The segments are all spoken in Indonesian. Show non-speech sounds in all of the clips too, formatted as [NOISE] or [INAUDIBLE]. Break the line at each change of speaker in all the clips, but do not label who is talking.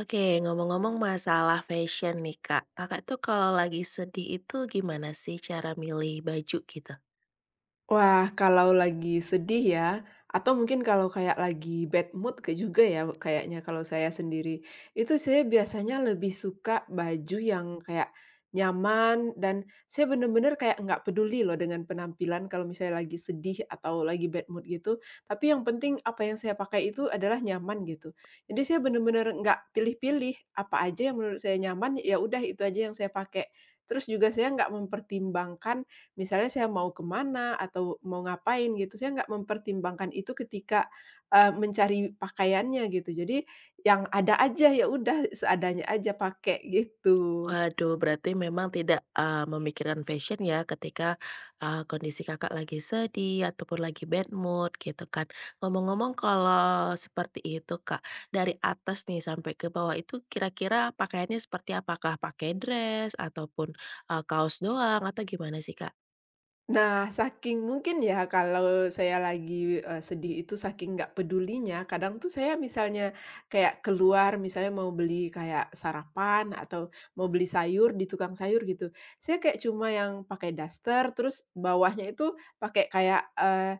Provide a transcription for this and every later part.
Oke, ngomong-ngomong masalah fashion nih Kak, Kakak tuh kalau lagi sedih itu gimana sih cara milih baju gitu?
Wah, kalau lagi sedih ya, atau mungkin kalau kayak lagi bad mood ke juga ya kayaknya kalau saya sendiri. Itu saya biasanya lebih suka baju yang kayak nyaman dan saya bener-bener kayak nggak peduli loh dengan penampilan kalau misalnya lagi sedih atau lagi bad mood gitu. Tapi yang penting apa yang saya pakai itu adalah nyaman gitu. Jadi saya bener-bener nggak pilih-pilih apa aja yang menurut saya nyaman, ya udah itu aja yang saya pakai. Terus juga saya nggak mempertimbangkan misalnya saya mau kemana atau mau ngapain gitu, saya nggak mempertimbangkan itu ketika, eee, mencari pakaiannya gitu. Jadi yang ada aja, ya udah seadanya aja pakai gitu.
Waduh, berarti memang tidak, memikirkan fashion ya ketika, kondisi Kakak lagi sedih ataupun lagi bad mood gitu kan. Ngomong-ngomong kalau seperti itu Kak, dari atas nih sampai ke bawah itu kira-kira pakaiannya seperti apakah pakai dress ataupun, kaos doang atau gimana sih Kak?
Nah, saking mungkin ya kalau saya lagi, sedih itu saking nggak pedulinya, kadang tuh saya misalnya kayak keluar misalnya mau beli kayak sarapan atau mau beli sayur di tukang sayur gitu, saya kayak cuma yang pakai daster, terus bawahnya itu pakai kayak, eee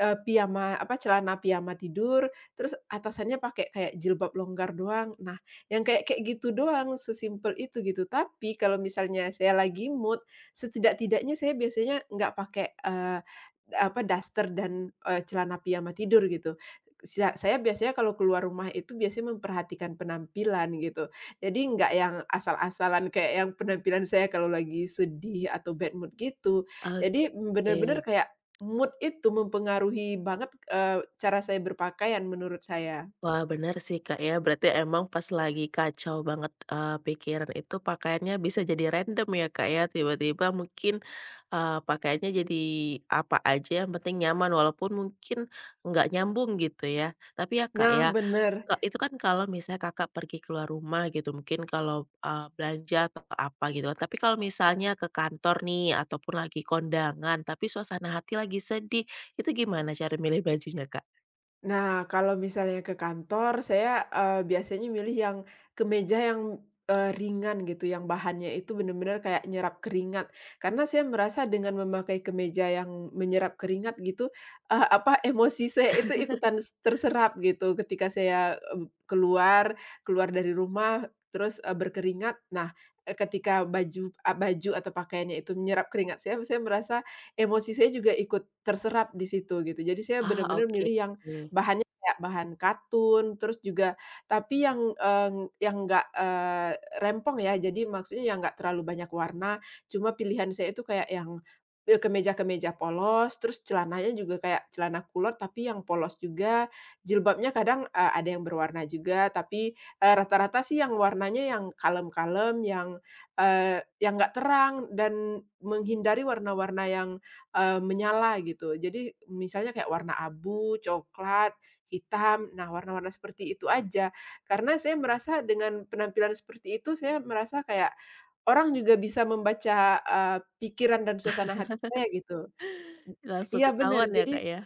eee, piyama apa, celana piyama tidur, terus atasannya pakai kayak jilbab longgar doang. Nah, yang kayak kayak gitu doang, sesimpel itu gitu. Tapi kalau misalnya saya lagi mood, setidak-tidaknya saya biasanya nggak pakai, apa, daster dan, celana piyama tidur gitu. Saya biasanya kalau keluar rumah itu biasanya memperhatikan penampilan gitu. Jadi nggak yang asal-asalan kayak yang penampilan saya kalau lagi sedih atau bad mood gitu. Jadi bener-bener
Oke.
kayak mood itu mempengaruhi banget, cara saya berpakaian menurut saya.
Wah, benar sih, Kak, ya. Berarti emang pas lagi kacau banget, pikiran itu pakaiannya bisa jadi random ya, Kak, ya. Tiba-tiba mungkin, pakaiannya jadi apa aja yang penting nyaman walaupun mungkin nggak nyambung gitu ya. Tapi ya, Kak,
Nah,
ya,
bener.
itu kan kalau misalnya Kakak pergi keluar rumah gitu, mungkin kalau, belanja atau apa gitu kan. Tapi kalau misalnya ke kantor nih ataupun lagi kondangan tapi suasana hati lagi sedih, itu gimana cara milih bajunya, Kak?
Nah, kalau misalnya ke kantor, saya, biasanya milih yang kemeja yang, ringan gitu, yang bahannya itu benar-benar kayak nyerap keringat. Karena saya merasa dengan memakai kemeja yang menyerap keringat gitu, apa, emosi saya itu ikutan terserap gitu ketika saya, keluar keluar dari rumah terus, berkeringat. Nah, ketika baju atau pakaiannya itu menyerap keringat saya merasa emosi saya juga ikut terserap di situ gitu. Jadi saya
Ah,
benar-benar
oke.
milih yang bahannya kayak bahan katun, terus juga tapi yang, yang nggak, rempong ya, jadi maksudnya yang nggak terlalu banyak warna, cuma pilihan saya itu kayak yang, kemeja-kemeja polos, terus celananya juga kayak celana kulot tapi yang polos juga, jilbabnya kadang, ada yang berwarna juga, tapi, rata-rata sih yang warnanya yang kalem-kalem, yang, yang nggak terang dan menghindari warna-warna yang menyala gitu. Jadi misalnya kayak warna abu, coklat, hitam, nah warna-warna seperti itu aja. Karena saya merasa dengan penampilan seperti itu, saya merasa kayak orang juga bisa membaca, eee, pikiran dan suasana hati saya gitu.
Langsung
Iya benar.
ketahuan ya,
Jadi
Kak, ya?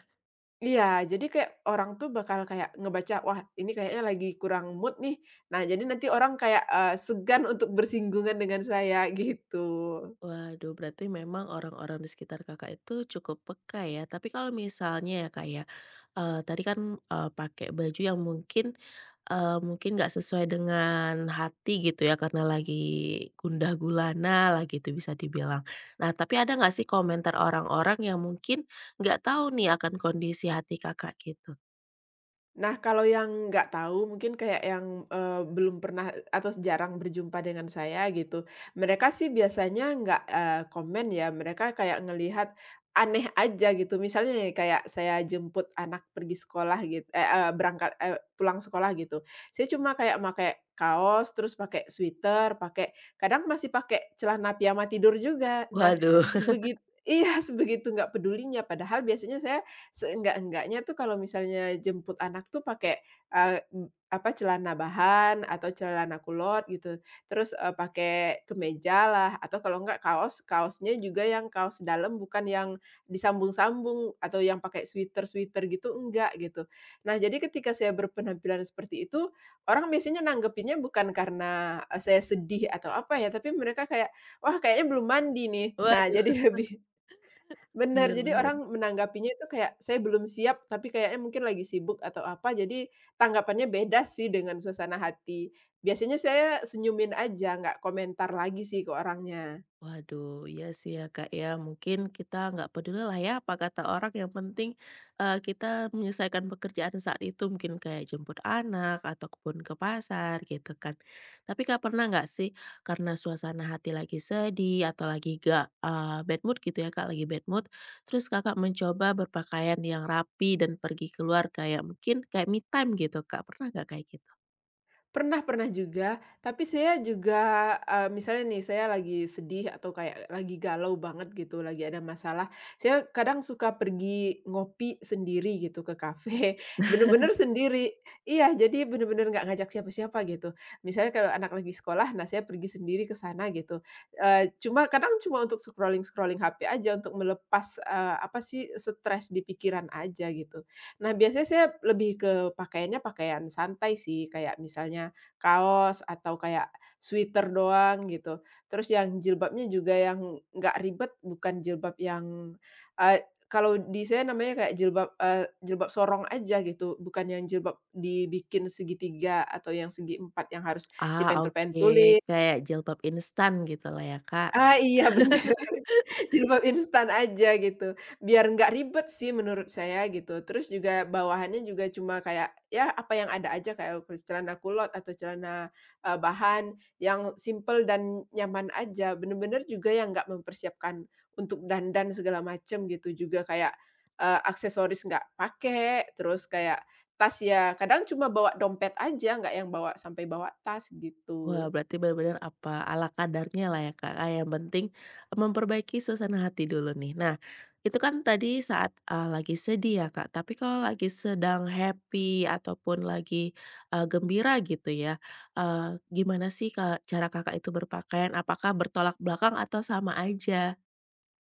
iya, jadi kayak orang tuh bakal kayak ngebaca, "Wah, ini kayaknya lagi kurang mood nih." Nah, jadi nanti orang kayak, segan untuk bersinggungan dengan saya gitu.
Waduh, berarti memang orang-orang di sekitar Kakak itu cukup peka ya. Tapi kalau misalnya ya, Kak, ya, tadi kan, pakai baju yang mungkin, mungkin nggak sesuai dengan hati gitu ya, karena lagi gundah gulana lah gitu bisa dibilang. Nah, tapi ada nggak sih komentar orang-orang yang mungkin nggak tahu nih akan kondisi hati Kakak gitu?
Nah, kalau yang nggak tahu mungkin kayak yang, belum pernah atau jarang berjumpa dengan saya gitu, mereka sih biasanya nggak, komen ya, mereka kayak ngelihat aneh aja gitu. Misalnya nih kayak saya jemput anak pergi sekolah gitu eh, berangkat pulang sekolah gitu, saya cuma kayak pakai kaos, terus pakai sweater, pakai kadang masih pakai celana piyama tidur juga. Nah,
Waduh
iya, [LAUGHS] sebegitu nggak pedulinya, padahal biasanya saya seenggak-enggaknya tuh kalau misalnya jemput anak tuh pakai, apa, celana bahan atau celana kulot gitu, terus, pakai kemejalah atau kalau enggak kaos, kaosnya juga yang kaos dalam bukan yang disambung-sambung atau yang pakai sweater-sweater gitu, enggak gitu. Nah, jadi ketika saya berpenampilan seperti itu, orang biasanya nanggepinnya bukan karena, saya sedih atau apa ya, tapi mereka kayak, "Wah, kayaknya belum mandi nih."
[LAUGHS]
Nah, [LAUGHS]
waduh,
jadi lebih bener, jadi
benar-benar.
orang menanggapinya itu kayak, "Saya belum siap, tapi kayaknya mungkin lagi sibuk atau apa." Jadi tanggapannya beda sih dengan suasana hati. Biasanya saya senyumin aja, nggak komentar lagi sih ke orangnya.
Waduh, iya sih ya Kak ya, mungkin kita nggak peduli lah ya apa kata orang, yang penting, kita menyelesaikan pekerjaan saat itu, mungkin kayak jemput anak, ataupun ke pasar, gitu kan. Tapi Kak pernah nggak sih, karena suasana hati lagi sedih, atau lagi gak bad mood gitu ya Kak, lagi bad mood, terus Kakak mencoba berpakaian yang rapi dan pergi keluar kayak mungkin kayak me time gitu Kak, pernah nggak kayak gitu?
Pernah, pernah juga, tapi saya juga, misalnya nih saya lagi sedih atau kayak lagi galau banget gitu, lagi ada masalah, saya kadang suka pergi ngopi sendiri gitu ke kafe, [LAUGHS] bener-bener sendiri. Iya, jadi bener-bener nggak ngajak siapa-siapa gitu. Misalnya kalau anak lagi sekolah, nah saya pergi sendiri ke sana gitu. Cuma kadang cuma untuk scrolling-scrolling HP aja untuk melepas, apa sih, stres di pikiran aja gitu. Nah, biasanya saya lebih ke pakaiannya pakaian santai sih, kayak misalnya kaos atau kayak sweater doang gitu. Terus yang jilbabnya juga yang nggak ribet, bukan jilbab yang, kalau di saya namanya kayak jilbab, jilbab sorong aja gitu, bukan yang jilbab dibikin segitiga atau yang segi empat yang harus
Ah, oke,
dipentul-pentulin.
kayak jilbab instan gitu lah ya Kak?
Ah, iya bener. [LAUGHS] Jadi mau instan aja gitu, biar nggak ribet sih menurut saya gitu. Terus juga bawahannya juga cuma kayak, ya apa yang ada aja kayak celana kulot atau celana, bahan yang simple dan nyaman aja, bener-bener juga yang nggak mempersiapkan untuk dandan segala macem gitu, juga kayak, aksesoris nggak pakai, terus kayak tas ya kadang cuma bawa dompet aja, nggak yang bawa sampai bawa tas
Wah,
gitu.
berarti benar-benar apa, ala kadarnya lah ya, Kak. Ah, yang penting memperbaiki suasana hati dulu nih. Nah, itu kan tadi saat, lagi sedih ya, Kak. Tapi kalau lagi sedang happy ataupun lagi, gembira gitu ya, eee, gimana sih Kak cara Kakak itu berpakaian? Apakah bertolak belakang atau sama aja?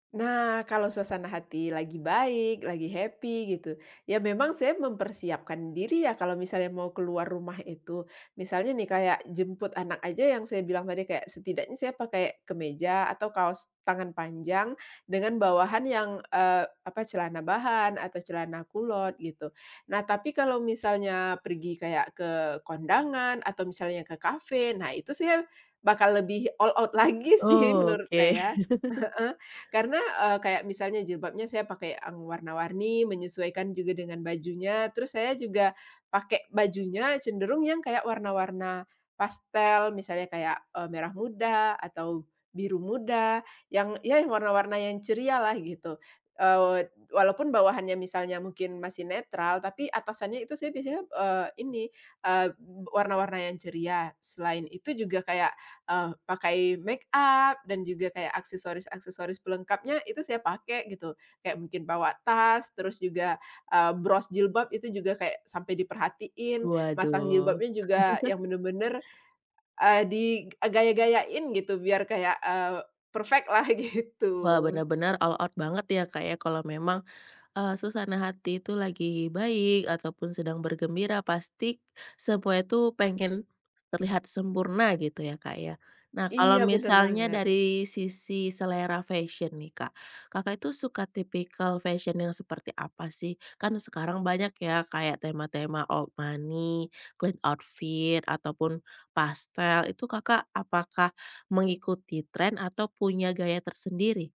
Nah, kalau suasana hati lagi baik, lagi happy gitu, ya memang saya mempersiapkan diri ya kalau misalnya mau keluar rumah itu. Misalnya nih kayak jemput anak aja yang saya bilang tadi kayak setidaknya saya pakai kemeja atau kaos tangan panjang dengan bawahan yang eh, apa celana bahan atau celana kulot gitu. Nah, tapi kalau misalnya pergi kayak ke kondangan atau misalnya ke kafe, nah itu saya bakal lebih all out [LAUGHS] lagi sih
Oh,
menurut
oke.
saya.
[LAUGHS]
[LAUGHS] Karena, kayak misalnya jilbabnya saya pakai yang warna-warni, menyesuaikan juga dengan bajunya, terus saya juga pakai bajunya cenderung yang kayak warna-warna pastel, misalnya kayak, merah muda atau biru muda, yang ya yang warna-warna yang ceria lah gitu. Walaupun bawahannya misalnya mungkin masih netral, tapi atasannya itu saya biasanya, ini, eee, warna-warna yang ceria. Selain itu juga kayak pakai make up dan juga kayak aksesoris-aksesoris pelengkapnya itu saya pakai gitu. Kayak mungkin bawa tas, terus juga, bros jilbab itu juga kayak sampai diperhatiin, masang
Waduh.
jilbabnya juga yang bener-bener, eee, di gaya-gayain gitu biar kayak, perfect lah [LAUGHS] gitu.
Wah, benar-benar all out banget ya, Kak, ya kalau memang suasana hati itu lagi baik ataupun sedang bergembira pasti semua itu pengen terlihat sempurna gitu ya, Kak, ya. Nah,
Iya
kalau
bener
misalnya
banget.
dari sisi selera fashion nih, Kak, Kakak itu suka tipikal fashion yang seperti apa sih? Kan sekarang banyak ya kayak tema-tema old money, clean outfit, ataupun pastel. Itu Kakak apakah mengikuti tren atau punya gaya tersendiri?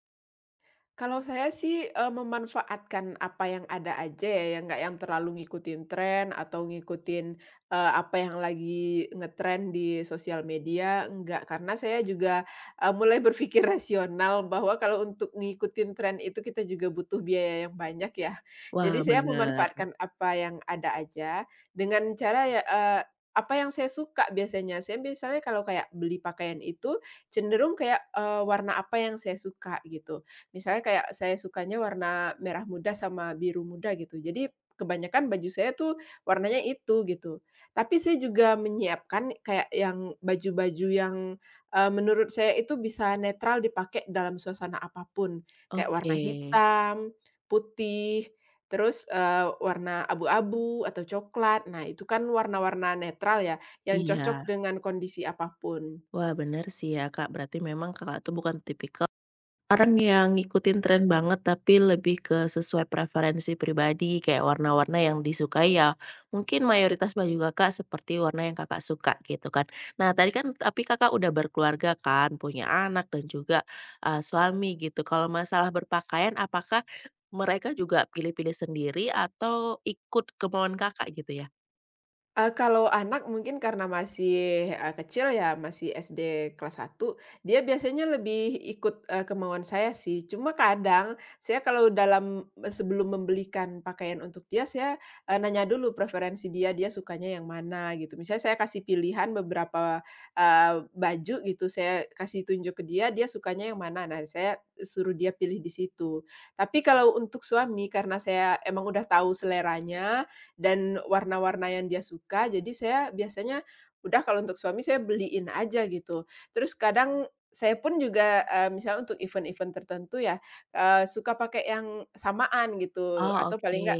Kalau saya sih, memanfaatkan apa yang ada aja ya, yang nggak yang terlalu ngikutin tren atau ngikutin, apa yang lagi ngetren di sosial media, nggak. Karena saya juga, mulai berpikir [LAUGHS] rasional bahwa kalau untuk ngikutin tren itu kita juga butuh biaya yang banyak ya. Jadi
Wah,
saya
benar.
memanfaatkan apa yang ada aja dengan cara ya, apa yang saya suka biasanya. Saya biasanya kalau kayak beli pakaian itu cenderung kayak, warna apa yang saya suka gitu. Misalnya kayak saya sukanya warna merah muda sama biru muda gitu. Jadi kebanyakan baju saya tuh warnanya itu gitu. Tapi saya juga menyiapkan kayak yang baju-baju yang, menurut saya itu bisa netral dipakai dalam suasana apapun. Kayak
Oke.
warna hitam, putih, terus, warna abu-abu atau coklat. Nah, itu kan warna-warna netral ya, yang cocok
Iya,
dengan kondisi apapun.
wah bener sih ya Kak, berarti memang Kakak tuh bukan tipikal orang yang ngikutin tren banget, tapi lebih ke sesuai preferensi pribadi, kayak warna-warna yang disukai ya mungkin mayoritas baju Kakak seperti warna yang Kakak suka gitu kan. Nah tadi kan tapi Kakak udah berkeluarga kan, punya anak dan juga, suami gitu, kalau masalah berpakaian apakah mereka juga pilih-pilih sendiri atau ikut kemauan Kakak gitu ya?
Kalau anak mungkin karena masih, kecil ya, masih SD kelas satu, dia biasanya lebih ikut, kemauan saya sih. Cuma kadang saya kalau dalam eh, sebelum membelikan pakaian untuk dia, saya, nanya dulu preferensi dia, dia sukanya yang mana gitu. Misalnya saya kasih pilihan beberapa, baju gitu, saya kasih tunjuk ke dia, dia sukanya yang mana. Nah, saya suruh dia pilih di situ. Tapi kalau untuk suami, karena saya emang udah tahu seleranya, dan warna-warna yang dia suka, jadi saya biasanya udah kalau untuk suami saya beliin aja gitu. Terus kadang saya pun juga, misalnya untuk event-event tertentu ya, suka pakai yang samaan gitu
Oh
atau
oke.
paling enggak,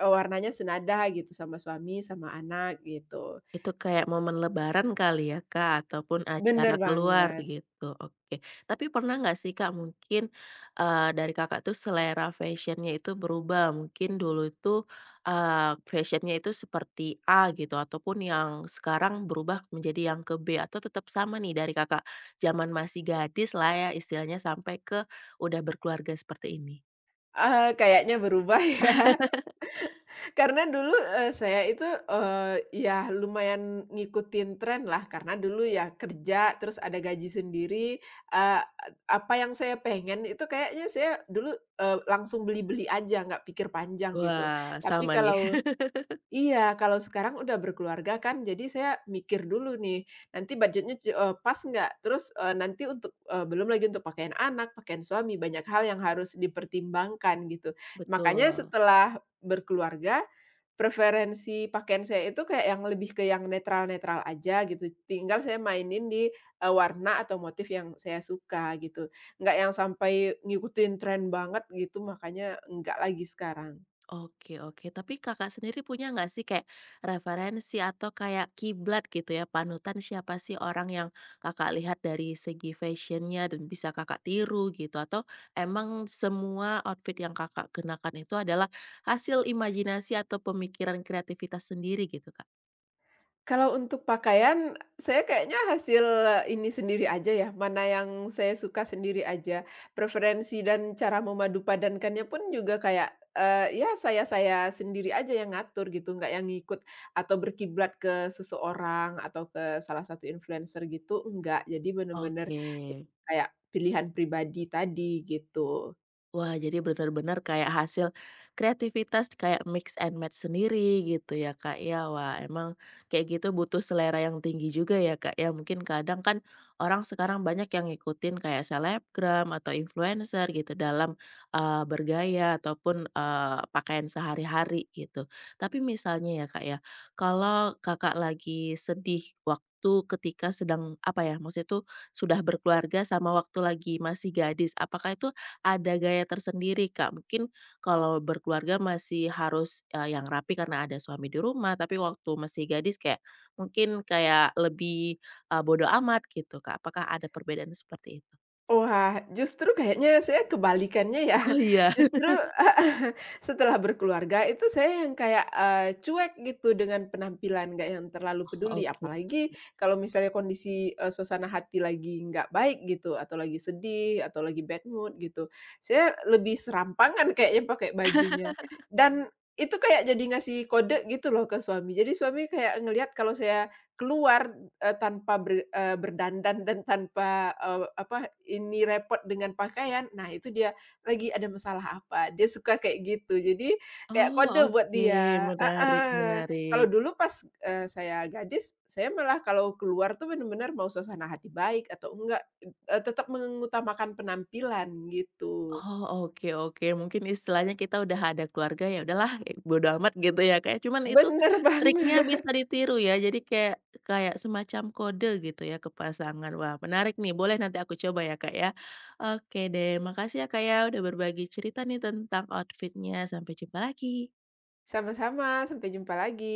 warnanya senada gitu sama suami, sama anak gitu.
Itu kayak momen lebaran kali ya, Kak, ataupun
Bener
acara keluar
banget,
gitu, oke. Tapi pernah nggak sih, Kak, mungkin, dari Kakak tuh selera fashionnya itu berubah? Mungkin dulu itu, fashion itu seperti A gitu, ataupun yang sekarang berubah menjadi yang ke B, atau tetap sama nih dari Kakak zaman masih gadis lah ya istilahnya sampai ke udah berkeluarga seperti ini?
kayaknya berubah [LAUGHS] ya. Karena dulu, saya itu, ya lumayan ngikutin tren lah, karena dulu ya kerja, terus ada gaji sendiri, eee, apa yang saya pengen itu kayaknya saya dulu, langsung beli-beli aja, nggak pikir panjang gitu.
Wah,
Tapi
sama nih.
kalau
[LAUGHS]
Iya, kalau sekarang udah berkeluarga kan, jadi saya mikir dulu nih, nanti pas nggak? Terus, belum lagi untuk pakaian anak, pakaian suami, banyak hal yang harus dipertimbangkan gitu. Makanya
Betul.
setelah berkeluarga preferensi pakaian saya itu kayak yang lebih ke yang netral-netral aja gitu, tinggal saya mainin di, warna atau motif yang saya suka gitu, nggak yang sampai ngikutin tren banget gitu, makanya nggak lagi sekarang.
Oke oke, tapi Kakak sendiri punya nggak sih kayak referensi atau kayak kiblat gitu ya, panutan siapa sih orang yang Kakak lihat dari segi fashionnya dan bisa Kakak tiru gitu? Atau emang semua outfit yang Kakak kenakan itu adalah hasil imajinasi atau pemikiran kreativitas sendiri gitu, Kak?
Kalau untuk pakaian, saya kayaknya hasil ini sendiri aja ya, mana yang saya suka sendiri aja. Preferensi dan cara memadu padankannya pun juga kayak, ya saya-saya sendiri aja yang ngatur gitu, nggak yang ngikut atau berkiblat ke seseorang atau ke salah satu influencer gitu, enggak. Jadi bener-bener
Oke.
ya kayak pilihan pribadi tadi, gitu.
Wah, jadi benar-benar kayak hasil kreativitas kayak mix and match sendiri gitu ya, Kak, ya. Wah, emang kayak gitu butuh selera yang tinggi juga ya, Kak, ya. Mungkin kadang kan orang sekarang banyak yang ngikutin kayak selebgram atau influencer gitu dalam, bergaya ataupun, pakaian sehari-hari gitu. Tapi misalnya ya, Kak, ya, kalau Kakak lagi sedih waktu ketika sedang apa ya, maksudnya tuh sudah berkeluarga sama waktu lagi masih gadis, apakah itu ada gaya tersendiri, Kak. Mungkin kalau berkeluarga masih harus, yang rapi karena ada suami di rumah, tapi waktu masih gadis kayak mungkin kayak lebih, bodo amat gitu, Kak. Apakah ada perbedaan seperti itu?
Wah, justru kayaknya saya kebalikannya ya.
Oh,
[LAUGHS]
iya. [LAUGHS]
Justru [LAUGHS] setelah berkeluarga itu saya yang kayak, cuek gitu dengan penampilan, nggak yang terlalu
Oh,
peduli.
oke.
Apalagi kalau misalnya kondisi, suasana hati lagi nggak baik gitu, atau lagi sedih, atau lagi bad mood gitu. Saya lebih serampangan kayaknya pakai bajunya. Dan itu kayak jadi ngasih kode gitu loh ke suami. Jadi suami kayak ngelihat kalau saya keluar tanpa berdandan dan tanpa, apa, ini repot dengan pakaian, nah itu dia lagi ada masalah apa, dia suka kayak gitu. Jadi kayak
Oh,
kode buat
oke.
dia
Menarik
heeh.
menarik.
Kalau dulu pas, saya gadis, saya malah kalau keluar tuh benar-benar mau suasana hati baik atau enggak, tetap mengutamakan penampilan gitu.
Oh, oke oke. Mungkin istilahnya kita udah ada keluarga, ya udahlah, e bodo amat gitu ya, Kak, ya. Cuman itu
Bener [LAUGHS]
triknya
banget.
bisa ditiru ya, jadi kayak kayak semacam kode gitu ya ke pasangan. Wah, menarik nih, boleh nanti aku coba ya, Kak, ya. Oke deh, makasih ya, Kak, ya, udah berbagi cerita nih tentang outfitnya. Sampai jumpa lagi.
Sama-sama, sampai jumpa lagi.